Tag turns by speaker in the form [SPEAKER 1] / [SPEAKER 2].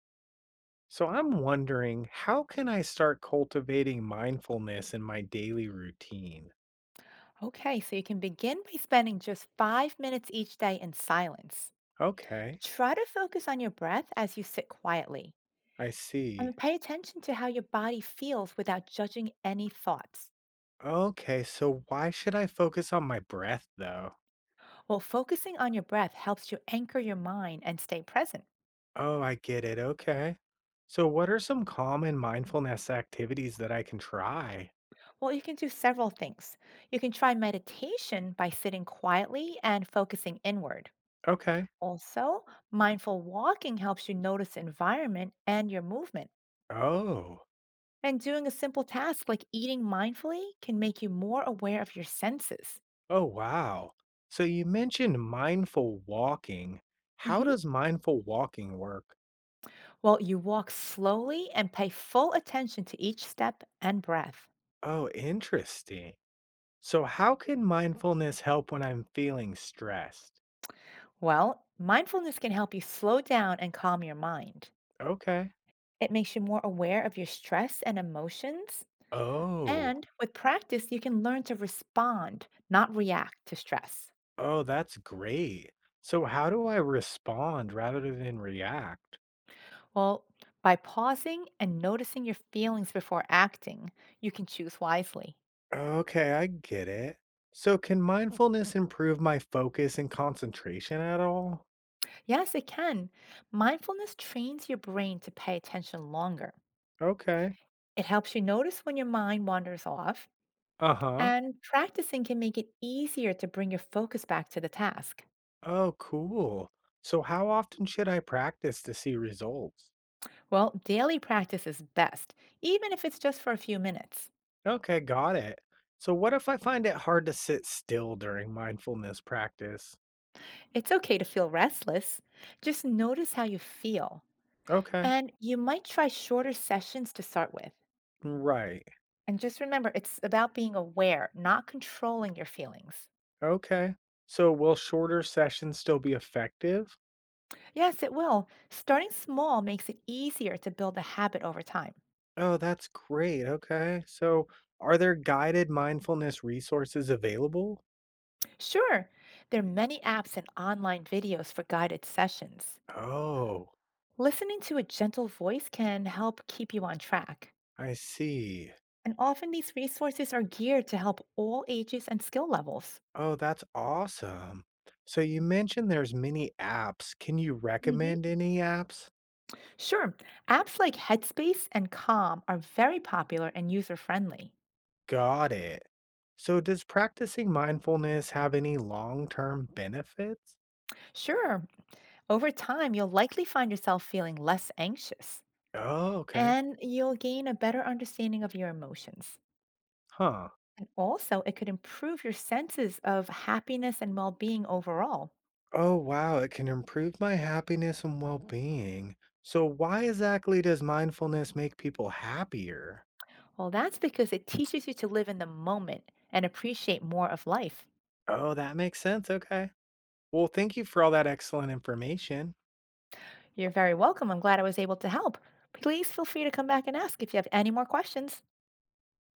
[SPEAKER 1] So I'm wondering, how can I start cultivating mindfulness in my daily routine?
[SPEAKER 2] Okay, so you can begin by spending just 5 minutes each day in silence.
[SPEAKER 1] Okay,
[SPEAKER 2] Try to focus on your breath as you sit quietly
[SPEAKER 1] I see.
[SPEAKER 2] and pay attention to how your body feels without judging any thoughts.
[SPEAKER 1] Okay, so why should I focus on my breath though?
[SPEAKER 2] Well, focusing on your breath helps you anchor your mind and stay present.
[SPEAKER 1] Oh, I get it. Okay. So what are some common mindfulness activities that I can try?
[SPEAKER 2] Well, you can do several things. You can try meditation by sitting quietly and focusing inward.
[SPEAKER 1] Okay.
[SPEAKER 2] Also, mindful walking helps you notice environment and your movement.
[SPEAKER 1] Oh.
[SPEAKER 2] And doing a simple task like eating mindfully can make you more aware of your senses.
[SPEAKER 1] Oh, wow. So you mentioned mindful walking. How
[SPEAKER 2] Hmm.
[SPEAKER 1] does mindful walking work?
[SPEAKER 2] Well, you walk slowly and pay full attention to each step and breath.
[SPEAKER 1] Oh, interesting. So, how can mindfulness help when I'm feeling stressed?
[SPEAKER 2] Well, mindfulness can help you slow down and calm your mind.
[SPEAKER 1] Okay.
[SPEAKER 2] It makes you more aware of your stress and emotions.
[SPEAKER 1] Oh,
[SPEAKER 2] And with practice, you can learn to respond, not react to stress.
[SPEAKER 1] oh, that's great. So, how do I respond rather than react?
[SPEAKER 2] Well, by pausing and noticing your feelings before acting, you can choose wisely.
[SPEAKER 1] Okay, I get it. So, can mindfulness improve my focus and concentration at all?
[SPEAKER 2] Yes, it can. Mindfulness trains your brain to pay attention longer.
[SPEAKER 1] Okay.
[SPEAKER 2] It helps you notice when your mind wanders off,
[SPEAKER 1] Uh huh.
[SPEAKER 2] and practicing can make it easier to bring your focus back to the task.
[SPEAKER 1] Oh, cool. So, how often should I practice to see results?
[SPEAKER 2] Well, daily practice is best, even if it's just for a few minutes.
[SPEAKER 1] Okay, got it. So, what if I find it hard to sit still during mindfulness practice?
[SPEAKER 2] It's okay to feel restless. Just notice how you feel.
[SPEAKER 1] Okay.
[SPEAKER 2] And you might try shorter sessions to start with.
[SPEAKER 1] Right.
[SPEAKER 2] And just remember, it's about being aware, not controlling your feelings.
[SPEAKER 1] Okay. So will shorter sessions still be effective?
[SPEAKER 2] Yes, it will. Starting small makes it easier to build a habit over time.
[SPEAKER 1] Oh, that's great. Okay. So are there guided mindfulness resources available?
[SPEAKER 2] Sure, there are many apps and online videos for guided sessions.
[SPEAKER 1] Oh,
[SPEAKER 2] Listening to a gentle voice can help keep you on track.
[SPEAKER 1] I see.
[SPEAKER 2] And often these resources are geared to help all ages and skill levels.
[SPEAKER 1] Oh, that's awesome. So you mentioned there's many apps. Can you
[SPEAKER 2] Mhm.
[SPEAKER 1] recommend any apps?
[SPEAKER 2] Sure, apps like Headspace and Calm are very popular and user friendly.
[SPEAKER 1] Got it. So does practicing mindfulness have any long-term benefits?
[SPEAKER 2] Sure, over time, you'll likely find yourself feeling less anxious
[SPEAKER 1] Oh, okay.
[SPEAKER 2] and you'll gain a better understanding of your emotions.
[SPEAKER 1] Huh.
[SPEAKER 2] And also, it could improve your senses of happiness and well being overall.
[SPEAKER 1] Oh, wow. It can improve my happiness and well being. So, why exactly does mindfulness make people happier?
[SPEAKER 2] Well, that's because it teaches you to live in the moment and appreciate more of life.
[SPEAKER 1] Oh, that makes sense. Okay. Well, thank you for all that excellent information.
[SPEAKER 2] You're very welcome. I'm glad I was able to help. Please feel free to come back and ask if you have any more questions.